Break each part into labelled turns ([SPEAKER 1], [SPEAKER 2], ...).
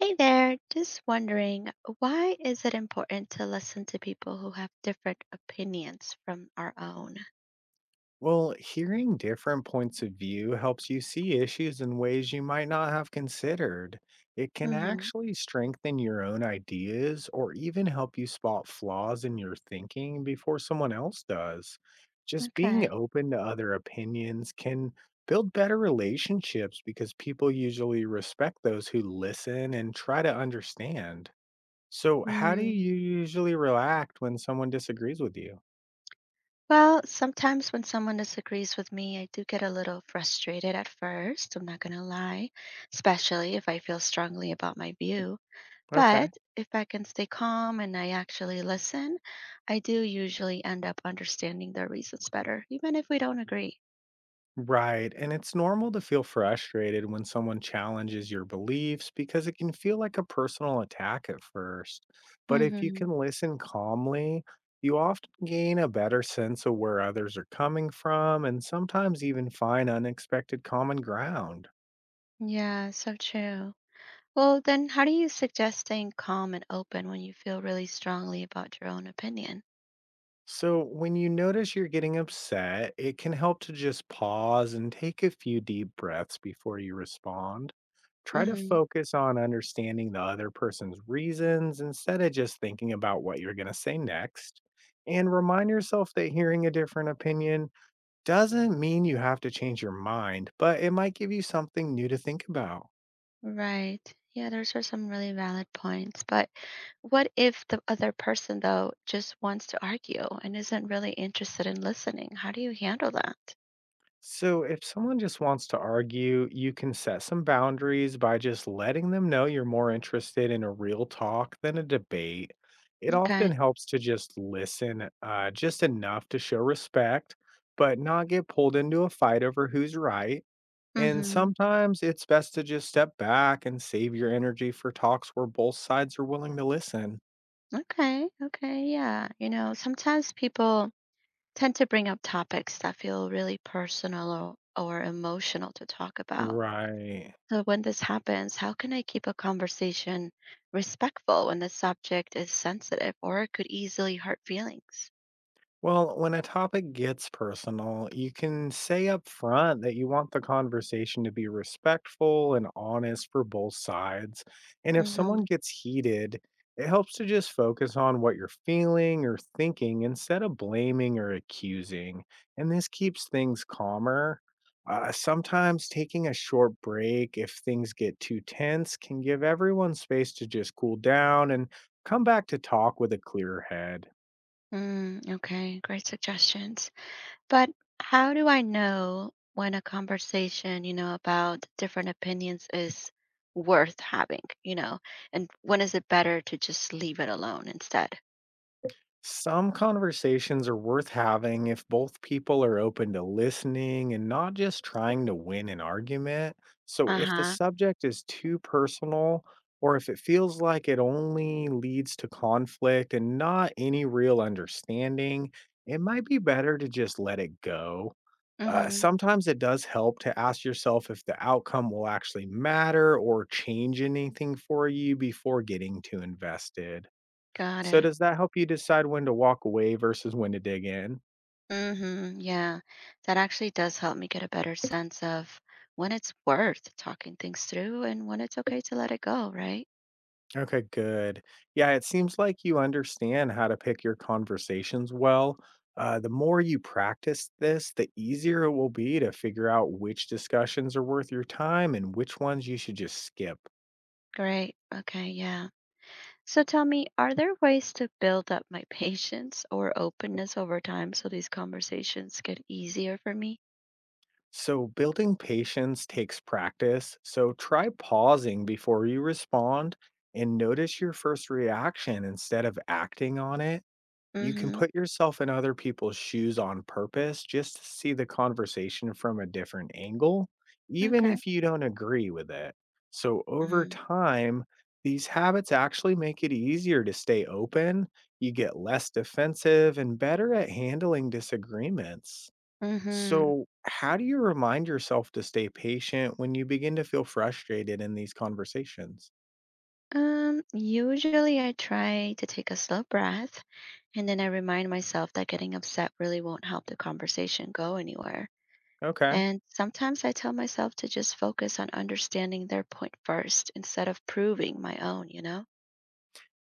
[SPEAKER 1] Hey there, just wondering, why is it important to listen to people who have different opinions from our own?
[SPEAKER 2] Well, hearing different points of view helps you see issues in ways you might not have considered. It can
[SPEAKER 1] Hmm.
[SPEAKER 2] actually strengthen your own ideas or even help you spot flaws in your thinking before someone else does. Just being
[SPEAKER 1] Okay.
[SPEAKER 2] open to other opinions can build better relationships because people usually respect those who listen and try to understand. So, how do
[SPEAKER 1] Hmm.
[SPEAKER 2] you usually react when someone disagrees with you?
[SPEAKER 1] Well, sometimes when someone disagrees with me, I do get a little frustrated at first, I'm not going to lie, especially if I feel strongly about my view. But
[SPEAKER 2] Okay.
[SPEAKER 1] if I can stay calm and I actually listen, I do usually end up understanding their reasons better, even if we don't agree.
[SPEAKER 2] Right. And it's normal to feel frustrated when someone challenges your beliefs because it can feel like a personal attack at first. But if you
[SPEAKER 1] Hmm.
[SPEAKER 2] can listen calmly, you often gain a better sense of where others are coming from and sometimes even find unexpected common ground.
[SPEAKER 1] Yeah, so true. Well, then, how do you suggest staying calm and open when you feel really strongly about your own opinion?
[SPEAKER 2] So, when you notice you're getting upset, it can help to just pause and take a few deep breaths before you respond. Try to
[SPEAKER 1] Hmm.
[SPEAKER 2] focus on understanding the other person's reasons instead of just thinking about what you're going to say next. And remind yourself that hearing a different opinion doesn't mean you have to change your mind, but it might give you something new to think about.
[SPEAKER 1] Right. Yeah, those are some really valid points. But what if the other person, though, just wants to argue and isn't really interested in listening? How do you handle that?
[SPEAKER 2] So, if someone just wants to argue, you can set some boundaries by just letting them know you're more interested in a real talk than a debate. It often
[SPEAKER 1] Okay.
[SPEAKER 2] helps to just listen just enough to show respect, but not get pulled into a fight over who's right. And
[SPEAKER 1] Mm-hmm.
[SPEAKER 2] sometimes it's best to just step back and save your energy for talks where both sides are willing to listen.
[SPEAKER 1] Okay. Okay. Yeah. You know, sometimes people tend to bring up topics that feel really personal or emotional to talk about.
[SPEAKER 2] Right.
[SPEAKER 1] So, when this happens, how can I keep a conversation respectful when the subject is sensitive or it could easily hurt feelings?
[SPEAKER 2] Well, when a topic gets personal, you can say up front that you want the conversation to be respectful and honest for both sides. And if someone
[SPEAKER 1] Hmm.
[SPEAKER 2] gets heated, it helps to just focus on what you're feeling or thinking instead of blaming or accusing. And this keeps things calmer. Sometimes taking a short break if things get too tense can give everyone space to just cool down and come back to talk with a clear head.
[SPEAKER 1] Mm, okay, great suggestions. But how do I know when a conversation, you know, about different opinions is worth having, you know, and when is it better to just leave it alone instead?
[SPEAKER 2] Some conversations are worth having if both people are open to listening and not just trying to win an argument. So,
[SPEAKER 1] Uh
[SPEAKER 2] if the
[SPEAKER 1] huh.
[SPEAKER 2] subject is too personal, or if it feels like it only leads to conflict and not any real understanding, it might be better to just let it go.
[SPEAKER 1] Mm-hmm.
[SPEAKER 2] Sometimes it does help to ask yourself if the outcome will actually matter or change anything for you before getting too invested.
[SPEAKER 1] Got
[SPEAKER 2] So
[SPEAKER 1] it.
[SPEAKER 2] does that help you decide when to walk away versus when to dig in?
[SPEAKER 1] Mm-hmm. Yeah, that actually does help me get a better sense of when it's worth talking things through and when it's okay to let it go, right?
[SPEAKER 2] Okay, good. Yeah, it seems like you understand how to pick your conversations well. The more you practice this, the easier it will be to figure out which discussions are worth your time and which ones you should just skip.
[SPEAKER 1] Great. Okay. Yeah. So tell me, are there ways to build up my patience or openness over time so these conversations get easier for me?
[SPEAKER 2] So, building patience takes practice. So, try pausing before you respond and notice your first reaction instead of acting on it. You can
[SPEAKER 1] Mm-hmm.
[SPEAKER 2] put yourself in other people's shoes on purpose just to see the conversation from a different angle, even
[SPEAKER 1] Okay.
[SPEAKER 2] if you don't agree with it. So, over
[SPEAKER 1] Mm-hmm.
[SPEAKER 2] time, these habits actually make it easier to stay open. You get less defensive and better at handling disagreements.
[SPEAKER 1] Mm-hmm.
[SPEAKER 2] So, how do you remind yourself to stay patient when you begin to feel frustrated in these conversations?
[SPEAKER 1] Usually I try to take a slow breath and then I remind myself that getting upset really won't help the conversation go anywhere.
[SPEAKER 2] Okay.
[SPEAKER 1] And sometimes I tell myself to just focus on understanding their point first instead of proving my own, you know?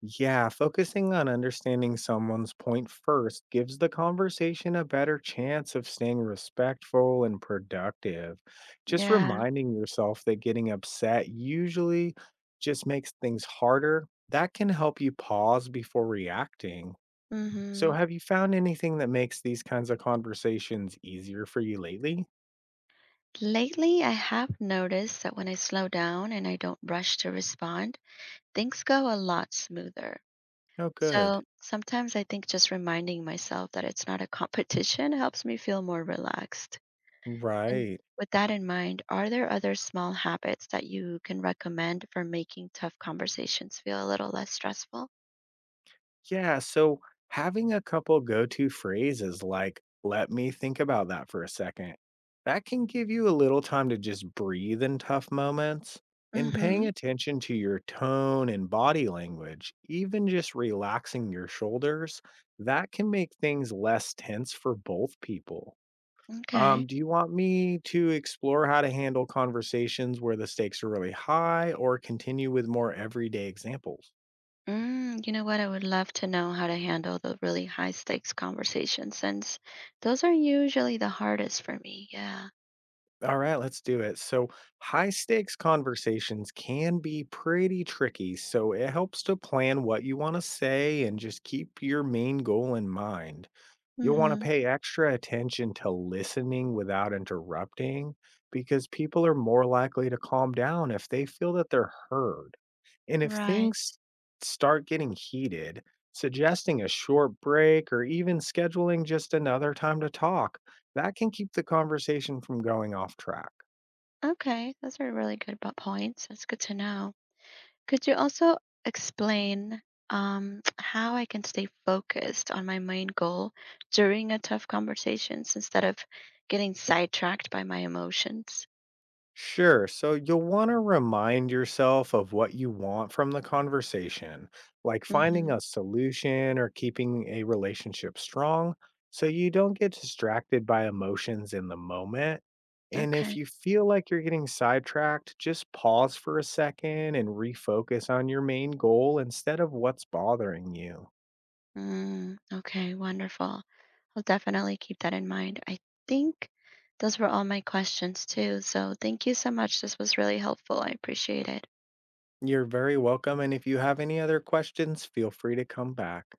[SPEAKER 2] Yeah, focusing on understanding someone's point first gives the conversation a better chance of staying respectful and productive. Just
[SPEAKER 1] Yeah.
[SPEAKER 2] reminding yourself that getting upset usually just makes things harder, that can help you pause before reacting. So,
[SPEAKER 1] Hmm.
[SPEAKER 2] have you found anything that makes these kinds of conversations easier for you lately?
[SPEAKER 1] Lately, I have noticed that when I slow down and I don't rush to respond, things go a lot smoother.
[SPEAKER 2] Oh,
[SPEAKER 1] So
[SPEAKER 2] good.
[SPEAKER 1] sometimes I think just reminding myself that it's not a competition helps me feel more relaxed. And
[SPEAKER 2] Right.
[SPEAKER 1] with that in mind, are there other small habits that you can recommend for making tough conversations feel a little less stressful?
[SPEAKER 2] Yeah, so having a couple go to phrases like, let me think about that for a second, that can give you a little time to just breathe in tough moments. And paying
[SPEAKER 1] Mm-hmm.
[SPEAKER 2] attention to your tone and body language, even just relaxing your shoulders, that can make things less tense for both people.
[SPEAKER 1] Okay.
[SPEAKER 2] Do you want me to explore how to handle conversations where the stakes are really high or continue with more everyday examples?
[SPEAKER 1] Mm, you know what? I would love to know how to handle the really high stakes conversations since those are usually the hardest for me. Yeah.
[SPEAKER 2] All right, let's do it. So, high stakes conversations can be pretty tricky. So, it helps to plan what you want to say and just keep your main goal in mind. You'll wanna
[SPEAKER 1] Mm-hmm.
[SPEAKER 2] pay extra attention to listening without interrupting because people are more likely to calm down if they feel that they're heard. And if
[SPEAKER 1] Right.
[SPEAKER 2] things start getting heated, suggesting a short break or even scheduling just another time to talk, that can keep the conversation from going off track.
[SPEAKER 1] Okay. Those are really good points. That's good to know. Could you also explain how I can stay focused on my main goal during a tough conversations instead of getting sidetracked by my emotions?
[SPEAKER 2] Sure. So you'll want to remind yourself of what you want from the conversation, like
[SPEAKER 1] Mm-hmm.
[SPEAKER 2] finding a solution or keeping a relationship strong so you don't get distracted by emotions in the moment. And if
[SPEAKER 1] Okay.
[SPEAKER 2] you feel like you're getting sidetracked, just pause for a second and refocus on your main goal instead of what's bothering you.
[SPEAKER 1] Mm, okay, wonderful. I'll definitely keep that in mind. I think those were all my questions too. So thank you so much. This was really helpful. I appreciate it.
[SPEAKER 2] You're very welcome. And if you have any other questions, feel free to come back.